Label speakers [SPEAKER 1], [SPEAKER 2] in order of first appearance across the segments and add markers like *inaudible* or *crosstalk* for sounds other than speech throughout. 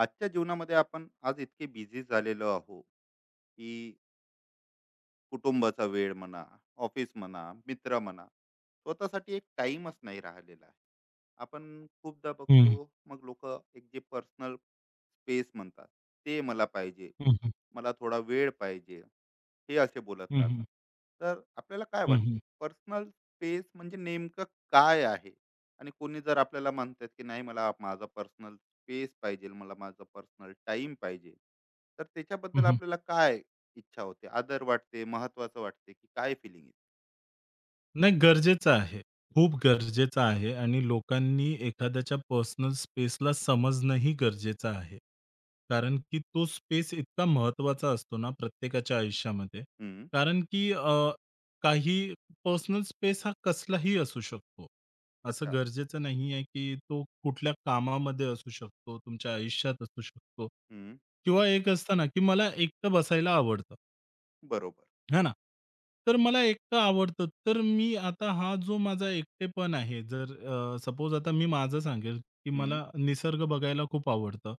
[SPEAKER 1] आजच्या जीवनामध्ये आपण आज इतके बिझी झालेलो आहो की कुटुंबाचा वेळ म्हणा, ऑफिस म्हणा, मित्र म्हणा, स्वतःसाठी एक टाइमच नाही राहिलेला आहे. आपण खूपदा
[SPEAKER 2] हं,
[SPEAKER 1] बघतो मग लोक एक जे पर्सनल स्पेस म्हणतात, ते मला पाहिजे,
[SPEAKER 2] हं, हं,
[SPEAKER 1] मला थोडा वेळ पाहिजे, हे असे बोलत
[SPEAKER 2] हं, हं,
[SPEAKER 1] राहतात. तर आपल्याला काय
[SPEAKER 2] हं, हं,
[SPEAKER 1] वाटते पर्सनल स्पेस म्हणजे नेमकं काय आहे? आणि कोणी जर आपल्याला म्हणतात की नाही, मला माझा पर्सनल स्पेस पाहिजे, मला माझा पर्सनल टाइम पाहिजे, तर
[SPEAKER 2] हं,
[SPEAKER 1] त्याच्याबद्दल
[SPEAKER 2] हं.
[SPEAKER 1] आपल्याला काय इच्छा होते, आदर वाटते, महत्वाचं वाटते, की काय फीलिंग येते?
[SPEAKER 2] नाही गरजेचं आहे. खूप गरजेचं आहे आणि लोकांनी एखाद्याच्या पर्सनल स्पेसला समजणंही गरजेचं आहे. कारण की तो स्पेस इतका महत्त्वाचा असतो ना प्रत्येकाच्या आयुष्यामध्ये.
[SPEAKER 1] हं,
[SPEAKER 2] कारण की काही पर्सनल स्पेस हा कसलाही असू शकतो. असं
[SPEAKER 1] अच्छा.
[SPEAKER 2] गरजेचं नाही आहे की तो कुठल्या कामामध्ये असू शकतो, तुमच्या आयुष्यात असू शकतो
[SPEAKER 1] हं,
[SPEAKER 2] किंवा एक असतं ना की मला एकटं बसायला आवडतं.
[SPEAKER 1] बरोबर.
[SPEAKER 2] हां ना. तर मला एकटं आवडतं. तर मी आता हा जो माझा एकटेपण आहे, जर सपोज आता मी माझं सांगेल, की मला
[SPEAKER 1] हं,
[SPEAKER 2] निसर्ग बघायला खूप आवडतं.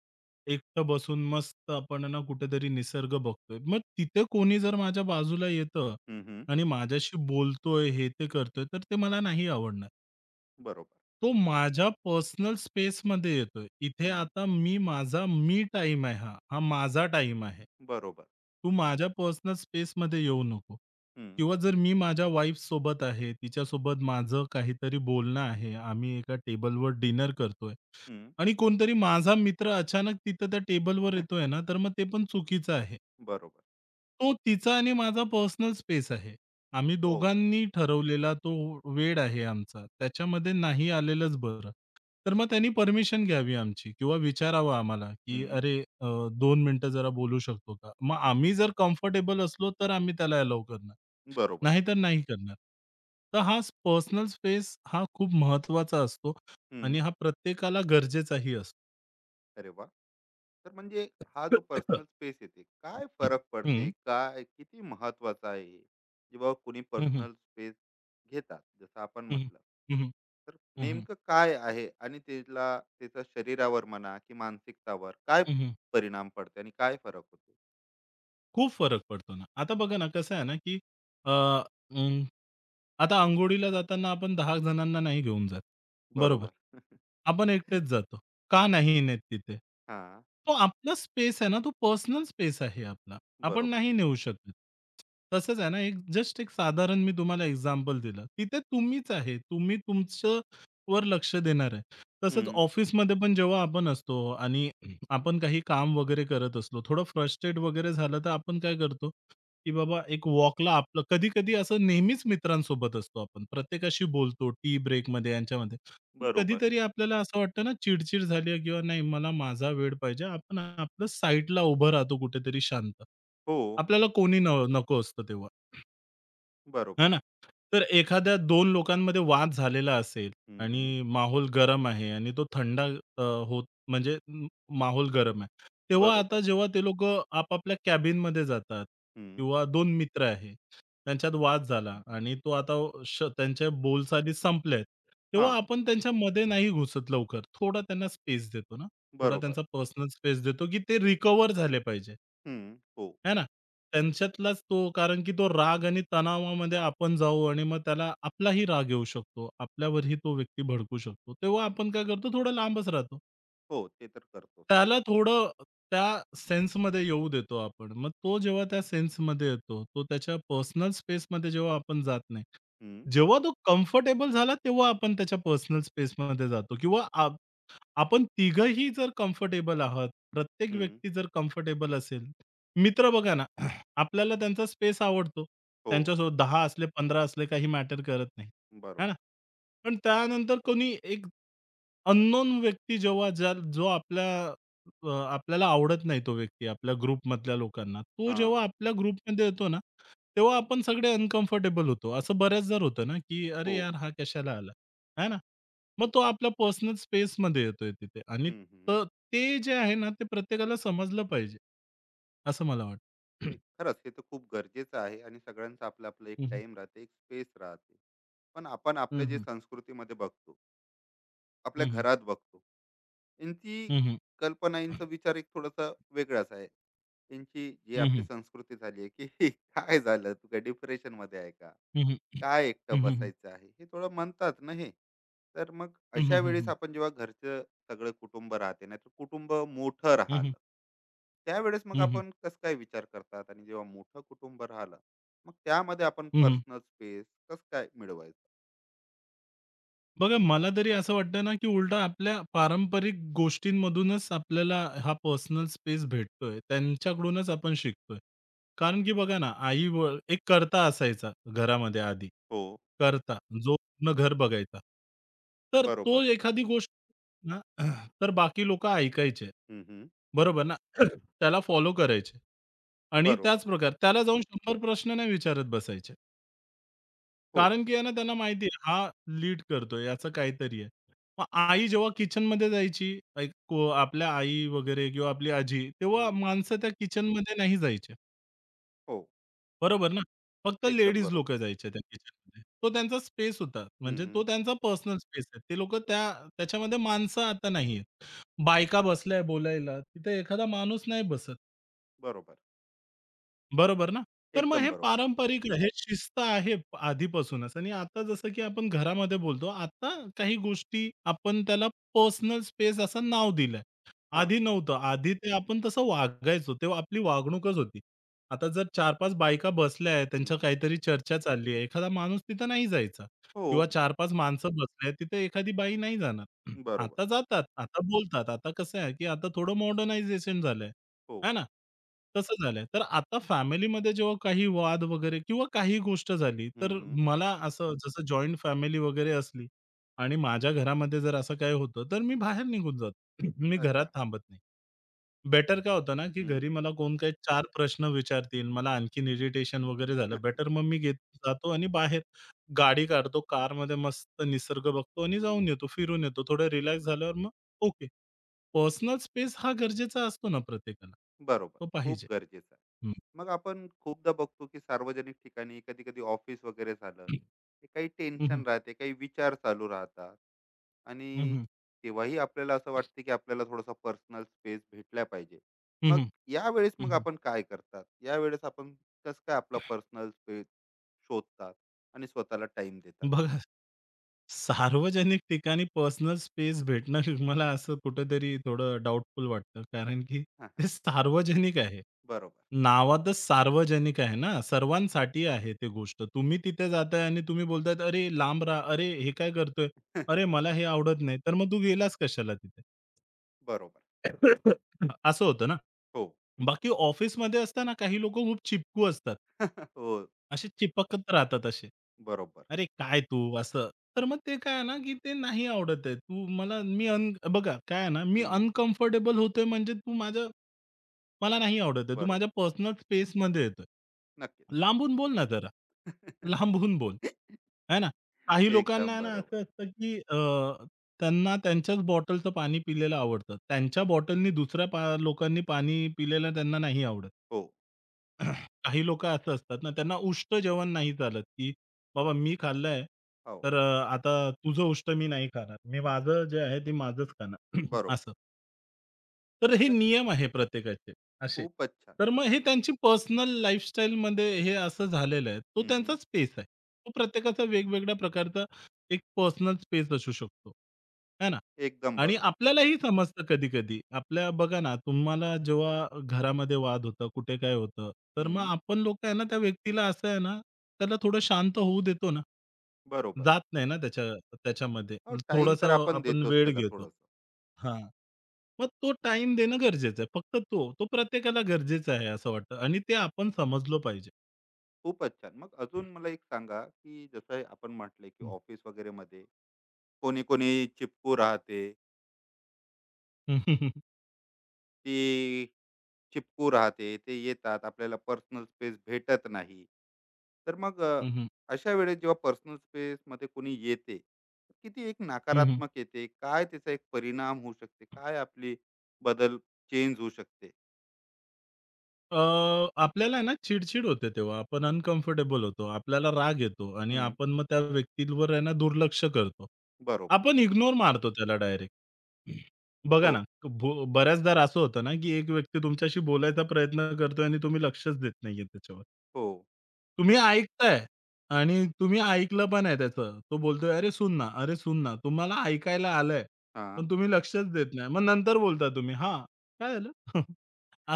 [SPEAKER 2] एकटं बसून मस्त आपण ना कुठेतरी निसर्ग बघतोय. मग तिथे कोणी जर माझ्या बाजूला येतं
[SPEAKER 1] हं, हं,
[SPEAKER 2] आणि माझ्याशी बोलतोय, हे ते करतोय, तर ते मला नाही आवडणार.
[SPEAKER 1] बरोबर.
[SPEAKER 2] तो माझ्या पर्सनल स्पेसमध्ये येतोय. इथे
[SPEAKER 1] हं,
[SPEAKER 2] आता मी माझा मी टाईम आहे हा. हा माझा टाईम आहे.
[SPEAKER 1] बरोबर.
[SPEAKER 2] तू माझ्या पर्सनल स्पेसमध्ये येऊ नको.
[SPEAKER 1] हं,
[SPEAKER 2] किंवा जर मी माझ्या वाईफसोबत आहे, तिच्यासोबत माझं काहीतरी बोलणं आहे, आम्ही एका टेबलवर डिनर करतोय
[SPEAKER 1] हं,
[SPEAKER 2] आणि कोणतरी माझा मित्र अचानक तिथं त्या टेबलवर येतोय
[SPEAKER 1] *laughs*
[SPEAKER 2] ना, तर मग ते पण चुकीचं आहे.
[SPEAKER 1] बरोबर.
[SPEAKER 2] तो तिचा आणि माझा पर्सनल स्पेस आहे. आम्ही
[SPEAKER 1] हो.
[SPEAKER 2] दोघांनी ठरवलेला तो वेळ आहे आमचा. त्याच्यामध्ये नाही आलेलंच बरं. तर मग त्यांनी परमिशन घ्यावी आमची किंवा विचारावं आम्हाला, की
[SPEAKER 1] हं,
[SPEAKER 2] "अरे, 2 मिनिटं जरा बोलू शकतो का?" मग आम्ही जर कम्फर्टेबल असलो, तर आम्ही त्याला अलाऊ करणार.
[SPEAKER 1] बरोबर.
[SPEAKER 2] नाहीतर नाही करणार. तर हा पर्सनल स्पेस हा खूप महत्त्वाचा असतो
[SPEAKER 1] हं,
[SPEAKER 2] आणि हा प्रत्येकाला गरजेचाही असतो.
[SPEAKER 1] अरे वाह! तर म्हणजे हा जो पर्सनल
[SPEAKER 2] *coughs*
[SPEAKER 1] स्पेस येते, काय फरक पडते,
[SPEAKER 2] हं.
[SPEAKER 1] काय किती महत्वाचा आहे जेव्हा कोणी
[SPEAKER 2] हं, हं.
[SPEAKER 1] पर्सनल स्पेस घेतात, जसं आपण
[SPEAKER 2] हं, हं.
[SPEAKER 1] म्हटलं.
[SPEAKER 2] हं, हं.
[SPEAKER 1] तर नेमकं काय आहे आणि त्याला त्याचा शरीरावर म्हणा की मानसिकतावर काय परिणाम पडते आणि काय फरक होते?
[SPEAKER 2] खूप फरक पडतो ना. आता बघा ना कसं आहे ना, की अ, अं, आता अंघोळीला जाताना आपण 10 जणांना नाही घेऊन जात. बरोबर.
[SPEAKER 1] बरोबर.
[SPEAKER 2] आपण
[SPEAKER 1] *laughs*
[SPEAKER 2] एकटेच जातो. का नाही नेत तिथे?
[SPEAKER 1] हा.
[SPEAKER 2] तो आपला स्पेस आहे ना, तो पर्सनल स्पेस आहे आपला. आपण
[SPEAKER 1] बरोबर.
[SPEAKER 2] नाही नेऊ शकत. तसंच आहे ना, एक जस्ट एक साधारण मी तुम्हाला एक्झाम्पल दिलं. तिथे तुम्हीच आहे. तुम्ही तुमचं वर लक्ष देणार आहे. तसंच
[SPEAKER 1] हम्म.
[SPEAKER 2] ऑफिसमध्ये पण जेव्हा आपण असतो आणि आपण काही काम वगैरे करत असलो, थोडं फ्रस्ट्रेट वगैरे झालं, तर आपण काय करतो, की बाबा एक वॉकला आपलं कधी-कधी असं नेहमीच मित्रांसोबत असतो आपण. प्रत्येकाशी बोलतो टी ब्रेकमध्ये, यांच्यामध्ये.
[SPEAKER 1] बरोबर.
[SPEAKER 2] कधीतरी आपल्याला असं वाटतं ना, चिड-चिड झाली आहे किंवा नाही, मला माझा वेळ पाहिजे. आपण आपलं साईडला उभं राहतो कुठेतरी शांत.
[SPEAKER 1] हो.
[SPEAKER 2] आपल्याला कोणी न नको असतं तेव्हा. हां
[SPEAKER 1] बरोबर.
[SPEAKER 2] ना. तर एखाद्या 2 लोकांमध्ये वाद झालेला असेल
[SPEAKER 1] हम्म,
[SPEAKER 2] आणि
[SPEAKER 1] हम्म.
[SPEAKER 2] माहोल गरम आहे आणि तो थंड होत म्हणजे माहोल गरम आहे. तेव्हा आता
[SPEAKER 1] बरोबर.
[SPEAKER 2] जेव्हा ते लोकं आपापल्या कॅबिनमध्ये जातात
[SPEAKER 1] हम्म.
[SPEAKER 2] किंवा 2 मित्र आहे, त्यांच्यात वाद झाला आणि तो आता त्यांच्या बोलचाली संपल्यात.
[SPEAKER 1] हा.
[SPEAKER 2] तेव्हा आपण त्यांच्यामध्ये नाही घुसत लवकर. थोडा त्यांना स्पेस देतो ना. थोडा
[SPEAKER 1] बरोबर.
[SPEAKER 2] त्यांचा पर्सनल स्पेस देतो, की ते रिकव्हर झाले पाहिजे.
[SPEAKER 1] हम्म. हो.
[SPEAKER 2] आहे ना? त्यांच्यातलाच तो कारण की तो राग आणि तणावामध्ये आपण जाऊ आणि मग त्याला आपलाही राग येऊ शकतो. आपल्यावरही तो व्यक्ती भडकू शकतो. तेव्हा आपण काय करतो थोडं लांबच राहतो.
[SPEAKER 1] हो, ते तर करतो.
[SPEAKER 2] त्याला थोडं त्या सेन्समध्ये येऊ देतो आपण. मग तो जेव्हा त्या सेन्समध्ये येतो, तो त्याच्या पर्सनल स्पेसमध्ये जेव्हा आपण जात नाही.
[SPEAKER 1] हम्म,
[SPEAKER 2] जेव्हा तो कम्फर्टेबल झाला तेव्हा आपण त्याच्या पर्सनल स्पेसमध्ये जातो किंवा आपण तिघंही जर कम्फर्टेबल आहात, प्रत्येक
[SPEAKER 1] हम्म.
[SPEAKER 2] व्यक्ती जर कम्फर्टेबल असेल, मित्र बघा ना, *clears throat* आपल्याला त्यांचा स्पेस आवडतो.
[SPEAKER 1] हो,
[SPEAKER 2] त्यांच्यासोबत 10 असले, 15 असले काही मॅटर करत नाही.
[SPEAKER 1] बरोबर.
[SPEAKER 2] आहे ना? पण त्यानंतर कोणी एक अननोन व्यक्ती जेव्हा जर जो आपल्या आपल्याला आवडत नाही तो व्यक्ती आपल्या ग्रुपमधल्या लोकांना. तो
[SPEAKER 1] हां,
[SPEAKER 2] जेव्हा आपल्या ग्रुपमध्ये येतो ना, तेव्हा आपण सगळे अनकम्फर्टेबल होतो. असं बऱ्याचदा होतं ना, की "अरे
[SPEAKER 1] हो.
[SPEAKER 2] यार, हा कशाला आला?" है ना? मग तो आपल्या पर्सनल स्पेसमध्ये येतोय तिथे आणि
[SPEAKER 1] हं, हं.
[SPEAKER 2] तर ते जे आहे ना, ते प्रत्येकाला समजलं पाहिजे, असं मला वाटतं.
[SPEAKER 1] नाही,
[SPEAKER 2] *clears throat*
[SPEAKER 1] खरंच हे तर खूप गरजेचं आहे आणि सगळ्यांचं आपलं-आपलं एक
[SPEAKER 2] हं, हं.
[SPEAKER 1] टाइम राहते, एक स्पेस राहते. पण आपण
[SPEAKER 2] हं,
[SPEAKER 1] आपल्या जे
[SPEAKER 2] हं.
[SPEAKER 1] संस्कृतीमध्ये बघतो, आपल्या
[SPEAKER 2] हं,
[SPEAKER 1] घरात बघतो, यांची
[SPEAKER 2] हं.
[SPEAKER 1] कल्पना, यांचा विचार एक थोडासा वेगळाच आहे. यांची जी
[SPEAKER 2] हं,
[SPEAKER 1] आपली
[SPEAKER 2] हं.
[SPEAKER 1] संस्कृती झाली आहे, की *laughs* काय झालं? तू काय डिप्रेशनमध्ये आहे का?
[SPEAKER 2] हं, हं.
[SPEAKER 1] काय एकटं
[SPEAKER 2] हं, हं.
[SPEAKER 1] बसायचं आहे, हे थोडं म्हणतात ना हे. तर मग
[SPEAKER 2] हं, हं.
[SPEAKER 1] अशा
[SPEAKER 2] हं,
[SPEAKER 1] वेळेस
[SPEAKER 2] हं.
[SPEAKER 1] आपण जेव्हा घरचं सगळं कुटुंब राहते, नाहीतर कुटुंब मोठं
[SPEAKER 2] हं,
[SPEAKER 1] राहिलं, त्यावेळेस मग आपण कसं काय विचार करतात? आणि जेव्हा मोठं कुटुंब राहिलं, मग त्यामध्ये आपण पर्सनल स्पेस कसं काय मिळवायचं?
[SPEAKER 2] बघा, मला तरी असं वाटतं ना, की उलटं आपल्या पारंपरिक गोष्टींमधूनच आपल्याला हा पर्सनल स्पेस भेटतोय. त्यांच्याकडूनच आपण शिकतोय. कारण की बघा ना, आई व एक कर्ता असायचा घरामध्ये आधी.
[SPEAKER 1] हो.
[SPEAKER 2] कर्ता, जो पूर्ण घर बघायचा. तर तो
[SPEAKER 1] बरोबर.
[SPEAKER 2] एखादी गोष्ट ना, *clears throat* तर बाकी लोकं ऐकायचे.
[SPEAKER 1] हम्म, हम्म.
[SPEAKER 2] बरोबर ना? *clears throat* त्याला फॉलो करायचे आणि त्याच
[SPEAKER 1] बरोबर.
[SPEAKER 2] प्रकार त्याला जाऊन 100 प्रश्न नाही विचारत बसायचे.
[SPEAKER 1] हो.
[SPEAKER 2] कारण की आहे ना त्यांना माहिती आहे हा लीड करतोय याचं काहीतरी आहे. मग आई जेव्हा किचनमध्ये जायची, लाइक को आपल्या आई वगैरे किंवा आपली आजी, तेव्हा
[SPEAKER 1] हम्म,
[SPEAKER 2] माणसं त्या किचनमध्ये नाही जायचे.
[SPEAKER 1] हो.
[SPEAKER 2] बरोबर ना? फक्त
[SPEAKER 1] एकदम
[SPEAKER 2] लेडीज
[SPEAKER 1] बरोबर.
[SPEAKER 2] लोकं जायचे त्या किचनमध्ये. तो त्यांचा स्पेस होता.
[SPEAKER 1] हम्म,
[SPEAKER 2] म्हणजे तो
[SPEAKER 1] हम्म.
[SPEAKER 2] त्यांचा पर्सनल स्पेस आहे. ते लोकं त्या त्याच्यामध्ये माणसं आता नाहीयेत. बायका बसल्या बोलायला, तिथे एखादा माणूस नाही बसत.
[SPEAKER 1] बरोबर.
[SPEAKER 2] बरोबर ना. तर मग
[SPEAKER 1] एकदम
[SPEAKER 2] हे
[SPEAKER 1] बरोबर.
[SPEAKER 2] पारंपरिक ठीक हे आहे. शिस्त आहे आधीपासूनच आणि आता जसं की आपण घरामध्ये बोलतो, आता काही गोष्टी आपण त्याला पर्सनल स्पेस असं नाव दिलंय.
[SPEAKER 1] हा.
[SPEAKER 2] आधी नव्हतं. आधी ते आपण तसं वागायचो. तेव्हा आपली वागणूकच होती. आता जर चार 5 बायका बसल्या आहेत,
[SPEAKER 1] हम्म,
[SPEAKER 2] त्यांच्या
[SPEAKER 1] हम्म.
[SPEAKER 2] काहीतरी चर्चा चालली आहे. एखादा माणूस तिथं नाही जायचा
[SPEAKER 1] हो.
[SPEAKER 2] किंवा 4-5 माणसं बसली तिथे एखादी बाई नाही जाणार. *clears throat*
[SPEAKER 1] बरोबर.
[SPEAKER 2] आता जातात, आता बोलतात. आता कसं आहे की आता थोडं मॉडर्नायझेशन झालंय.
[SPEAKER 1] हो.
[SPEAKER 2] आहे ना? तसं झालंय. तर आता फॅमिलीमध्ये जेव्हा काही वाद वगैरे किंवा काही गोष्ट झाली, तर
[SPEAKER 1] हम्म, हम्म.
[SPEAKER 2] मला असं जसं जॉइंट फॅमिली वगैरे असली आणि माझ्या घरामध्ये जर असं काही होतं, तर मी बाहेर निघून जातो. *clears throat* मी घरात
[SPEAKER 1] अच्छा.
[SPEAKER 2] थांबत नाही. बेटर काय होतं ना, की
[SPEAKER 1] हम्म.
[SPEAKER 2] घरी मला कोण काही चार प्रश्न विचारतील, मला आणखीन इरिटेशन वगैरे झालं. बेटर मग मी घेत जातो आणि बाहेर गाडी काढतो, कारमध्ये मस्त निसर्ग बघतो आणि जाऊन येतो, फिरून येतो. थोडं रिलॅक्स झाल्यावर मग ओके. पर्सनल स्पेस हा गरजेचा असतो ना प्रत्येकाला.
[SPEAKER 1] बरोबर.
[SPEAKER 2] तो
[SPEAKER 1] खूप
[SPEAKER 2] पाहिजे.
[SPEAKER 1] गरजेचं आहे.
[SPEAKER 2] हं,
[SPEAKER 1] मग आपण खूपदा बघतो की सार्वजनिक ठिकाणी कधी कधी ऑफिस वगैरे झालं,
[SPEAKER 2] हं,
[SPEAKER 1] ते काही
[SPEAKER 2] हं, हं,
[SPEAKER 1] टेन्शन राहते, काही विचार चालू राहतात, आणि
[SPEAKER 2] हं,
[SPEAKER 1] तेव्हाही आपल्याला असं वाटते की आपल्याला थोडासा पर्सनल स्पेस भेटला पाहिजे. मग यावेळेस मग आपण काय करतात, यावेळेस आपण कसं काय आपला पर्सनल स्पेस शोधतात आणि स्वतःला टाइम देतात?
[SPEAKER 2] बघा सार्वजनिक ठिकाणी पर्सनल स्पेस भेटणं मला असं कुठेतरी थोडं डाउटफुल वाटतं. कारण की
[SPEAKER 1] *laughs* हा, हा.
[SPEAKER 2] ते सार्वजनिक आहे.
[SPEAKER 1] बरोबर.
[SPEAKER 2] नावातच सार्वजनिक आहे ना, सर्वांसाठी आहे ते गोष्ट. तुम्ही तिथे जाताय आणि तुम्ही बोलताय, "अरे लांब राहा. अरे हे काय करतोय?
[SPEAKER 1] *laughs*
[SPEAKER 2] अरे मला हे आवडत नाही." तर मग तू गेलास कशाला तिथे?
[SPEAKER 1] बरोबर.
[SPEAKER 2] असं होतं ना.
[SPEAKER 1] हो.
[SPEAKER 2] बाकी ऑफिसमध्ये असताना काही लोकं खूप चिपकू असतात.
[SPEAKER 1] *laughs* हो.
[SPEAKER 2] असे चिपकत राहतात असे.
[SPEAKER 1] बरोबर.
[SPEAKER 2] "अरे काय तू?" असं. तर मग ते काय आहे ना, की ते नाही आवडत आहे. तू मला मी अन बघा काय आहे ना, मी
[SPEAKER 1] हम्म,
[SPEAKER 2] अनकम्फर्टेबल होतोय म्हणजे तू माझं मला नाही आवडत आहे. तू माझ्या
[SPEAKER 1] बरोबर.
[SPEAKER 2] पर्सनल स्पेसमध्ये येतोय.
[SPEAKER 1] नक्कीच.
[SPEAKER 2] लांबून बोल ना जरा. लांबून बोल.
[SPEAKER 1] *laughs*
[SPEAKER 2] आहे ना? काही लोकांना
[SPEAKER 1] एकदम
[SPEAKER 2] आहे ना
[SPEAKER 1] बरोबर.
[SPEAKER 2] असं असतं, की त्यांना त्यांच्याच बॉटलचं पाणी पिलेलं आवडतं. त्यांच्या बॉटलनी दुसऱ्या लोकांनी पाणी पिलेलं त्यांना नाही आवडत.
[SPEAKER 1] हो,
[SPEAKER 2] *clears throat* काही लोकं असं असतात ना, त्यांना उष्ट जेवण नाही चालत, की बाबा मी खाल्लंय,
[SPEAKER 1] हो.
[SPEAKER 2] तर आता तुझं उष्ट मी नाही खाणार. मी माझं जे आहे ते माझंच खाणार. *clears throat*
[SPEAKER 1] बरोबर.
[SPEAKER 2] असं. तर हे
[SPEAKER 1] तर
[SPEAKER 2] नियम आहे प्रत्येकाचे असे.
[SPEAKER 1] खूपच छान.
[SPEAKER 2] तर मग हे त्यांची पर्सनल लाईफस्टाईलमध्ये हे असं झालेलं आहे. तो
[SPEAKER 1] हं,
[SPEAKER 2] त्यांचा
[SPEAKER 1] हं.
[SPEAKER 2] स्पेस आहे. तो प्रत्येकाचा वेगवेगळ्या प्रकारचा एक पर्सनल स्पेस असू शकतो. आहे ना?
[SPEAKER 1] एकदम
[SPEAKER 2] आणि
[SPEAKER 1] बरोबर.
[SPEAKER 2] आपल्यालाही समजतं कधी-कधी. आपल्या बघा ना, तुम्हाला जेव्हा घरामध्ये वाद होतं, कुठे काय होतं, तर मग
[SPEAKER 1] हं,
[SPEAKER 2] आपण लोकं आहे ना, त्या व्यक्तीला असं आहे ना, त्याला थोडं शांत होऊ देतो ना.
[SPEAKER 1] बरोबर.
[SPEAKER 2] जात नाही ना त्याच्या त्याच्यामध्ये.
[SPEAKER 1] हो, टाइम
[SPEAKER 2] थोडासा
[SPEAKER 1] तर आपण
[SPEAKER 2] आपण
[SPEAKER 1] देतोच
[SPEAKER 2] वेळ
[SPEAKER 1] त्याला
[SPEAKER 2] घेतो.
[SPEAKER 1] थोडंसं.
[SPEAKER 2] हां. मग तो टाइम देणं गरजेचं आहे. फक्त तो, तो प्रत्येकाला गरजेचा आहे असं वाटतं आणि ते आपण समजलो पाहिजे.
[SPEAKER 1] खूपच छान. मग अजून मला एक सांगा, की जसं आपण म्हटले, की
[SPEAKER 2] हं.
[SPEAKER 1] ऑफिस वगैरेमध्ये कोणी-कोणी चिपकू राहते,
[SPEAKER 2] हं, हं.
[SPEAKER 1] ती चिपकू राहते, ते येतात आपल्याला पर्सनल स्पेस भेटत नाही, तर मग
[SPEAKER 2] हं, हं.
[SPEAKER 1] अशा वेळेस जेव्हा पर्सनल स्पेस मध्ये कोणी येते, किती एक
[SPEAKER 2] हं.
[SPEAKER 1] नकारात्मक येते, काय त्याचा एक परिणाम होऊ शकते, काय आपली बदल चेंज होऊ शकते?
[SPEAKER 2] अ, आपल्याला आहे ना चिड होते तेव्हा. आपण अनकम्फर्टेबल होतो. आपल्याला राग येतो आणि
[SPEAKER 1] हम्म,
[SPEAKER 2] आपण मग त्या व्यक्तीवर आहे ना दुर्लक्ष करतो.
[SPEAKER 1] बरोबर.
[SPEAKER 2] आपण इग्नोर मारतो त्याला डायरेक्ट. बघा
[SPEAKER 1] हो.
[SPEAKER 2] ना, बऱ्याचदा असं होतं ना, की एक व्यक्ती तुमच्याशी बोलायचा प्रयत्न करतोय आणि तुम्ही लक्षच देत नाहीये त्याच्यावर.
[SPEAKER 1] हो.
[SPEAKER 2] तुम्ही ऐकताय आणि तुम्ही ऐकलं पण आहे त्याचं. तो बोलतोय, "अरे सुन ना, अरे सुन ना." तुम्हाला ऐकायला आलंय,
[SPEAKER 1] हा.
[SPEAKER 2] पण तुम्ही लक्षच देत नाही. मग नंतर बोलता तुम्ही, "हां, काय झालं?" *laughs*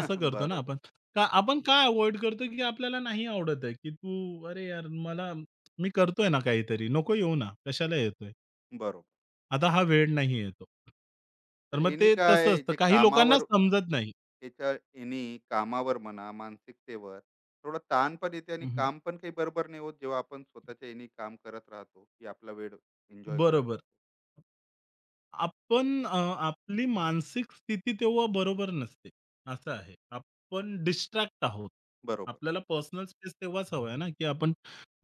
[SPEAKER 2] असं करतो ना
[SPEAKER 1] बरोबर.
[SPEAKER 2] आपण. का आपण का अव्हॉइड करतो, की आपल्याला नाही आवडत आहे, की तू "अरे यार, मला मी करतोय ना काहीतरी, नको येऊ ना, कशाला येतोय?
[SPEAKER 1] बरोबर.
[SPEAKER 2] आता हा वेळ नाही आहे तो." तर
[SPEAKER 1] तर
[SPEAKER 2] मग
[SPEAKER 1] याने
[SPEAKER 2] ते तसं
[SPEAKER 1] काय
[SPEAKER 2] असतं.
[SPEAKER 1] जे
[SPEAKER 2] काही लोकांना
[SPEAKER 1] कामावर,
[SPEAKER 2] समजत नाही.
[SPEAKER 1] त्याच्या, याने कामावर म्हणा, मानसिकतेवर थोडा ताण पण येते आणि
[SPEAKER 2] हं, हं.
[SPEAKER 1] काम पण काही बरोबर नाही होत, जेव्हा आपण स्वतःच्या याने काम करत राहतो की आपला वेळ एन्जॉय करत
[SPEAKER 2] बरोबर.
[SPEAKER 1] राहतो.
[SPEAKER 2] आपण आपली मानसिक स्थिती तेव्हा बरोबर नसते, असं आहे. आपण डिस्ट्रॅक्ट आहोत.
[SPEAKER 1] बरोबर.
[SPEAKER 2] आपल्याला पर्सनल स्पेस तेव्हाच हवा आहे ना, की आपण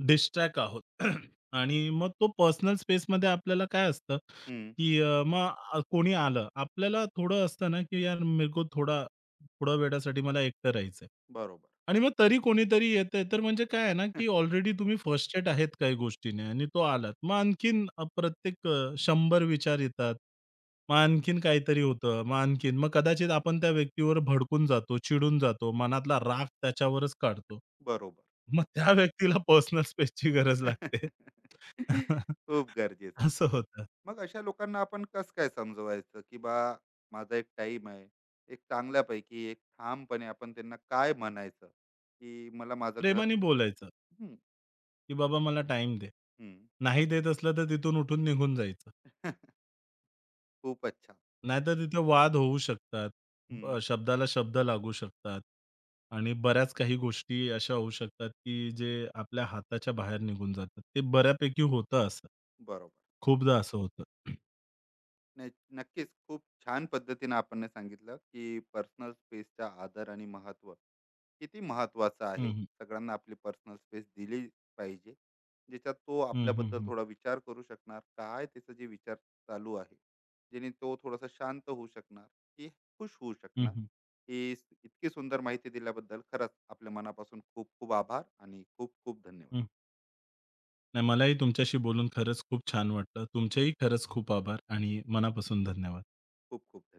[SPEAKER 2] डिस्ट्रॅक्ट आहोत. *clears throat* आणि मग तो पर्सनल स्पेसमध्ये आपल्याला काय असतं,
[SPEAKER 1] हम्म.
[SPEAKER 2] की कोणी आलं. आपल्याला थोडं असतं ना, की यार मेरको को थोडा थोड्या वेळासाठी मला एकटं राहायचंय.
[SPEAKER 1] बरोबर.
[SPEAKER 2] आणि मग तरी कोणीतरी येतंय, तर म्हणजे काय आहे ना, की
[SPEAKER 1] *laughs*
[SPEAKER 2] ऑलरेडी तुम्ही फ्रस्ट्रेट आहेत काही गोष्टीने आणि तो आलात. मग आणखीन प्रत्येक 100 विचार येतात. मग आणखीन काहीतरी होतं. मग आणखीन मग कदाचित आपण त्या व्यक्तीवर भडकून जातो, चिडून जातो. मनातला राग त्याच्यावरच काढतो.
[SPEAKER 1] बरोबर.
[SPEAKER 2] मग त्या व्यक्तीला पर्सनल स्पेसची गरज लागते.
[SPEAKER 1] *laughs*
[SPEAKER 2] *laughs*
[SPEAKER 1] खूप गरजेचं आहे.
[SPEAKER 2] असं होतं.
[SPEAKER 1] मग अशा लोकांना आपण कसं काय समजवायचं, की बा माझा एक टाइम आहे, एक चांगल्यापैकी एक ठामपणे आपण त्यांना काय म्हणायचं की मला माझं घर?
[SPEAKER 2] प्रेमाने बोलायचं,
[SPEAKER 1] हम्म,
[SPEAKER 2] की "बाबा मला टाइम दे."
[SPEAKER 1] हम्म.
[SPEAKER 2] नाही देत असलं तर तिथून उठून निघून जायचं.
[SPEAKER 1] *laughs* खूपच छान.
[SPEAKER 2] नाहीतर तिथे वाद होऊ शकतात.
[SPEAKER 1] हम्म,
[SPEAKER 2] शब्दाला शब्द लागू शकतात आणि बऱ्याच काही गोष्टी अशा होऊ शकतात, की जे आपल्या हाताच्या बाहेर निघून जातात. ते बऱ्यापैकी होतं असं.
[SPEAKER 1] बरोबर.
[SPEAKER 2] खूपदा असं होतं.
[SPEAKER 1] नाही, नक्कीच. खूप छान पद्धतीने आपण सांगितलं, की पर्सनल स्पेसचा आदर आणि महत्त्व किती महत्त्वाचं
[SPEAKER 2] हं,
[SPEAKER 1] आहे.
[SPEAKER 2] हं.
[SPEAKER 1] सगळ्यांना आपली पर्सनल स्पेस दिली पाहिजे, ज्याच्यात तो
[SPEAKER 2] हं, हं,
[SPEAKER 1] आपल्याबद्दल
[SPEAKER 2] हं.
[SPEAKER 1] थोडा विचार करू शकणार, काय त्याचा जे विचार चालू आहे, जेणे तो थोडासा शांत होऊ शकणार, की खुश होऊ
[SPEAKER 2] हं,
[SPEAKER 1] शकणार.
[SPEAKER 2] हं.
[SPEAKER 1] ही इतकी सुंदर माहिती दिल्याबद्दल खरंच आपल्या मनापासून खूप खूप आभार आणि खूप खूप धन्यवाद.
[SPEAKER 2] नाही मलाही तुमच्याशी बोलून खरंच खूप छान वाटलं. तुमचेही खरंच खूप आभार आणि मनापासून धन्यवाद.
[SPEAKER 1] खूप खूप धन्यवाद.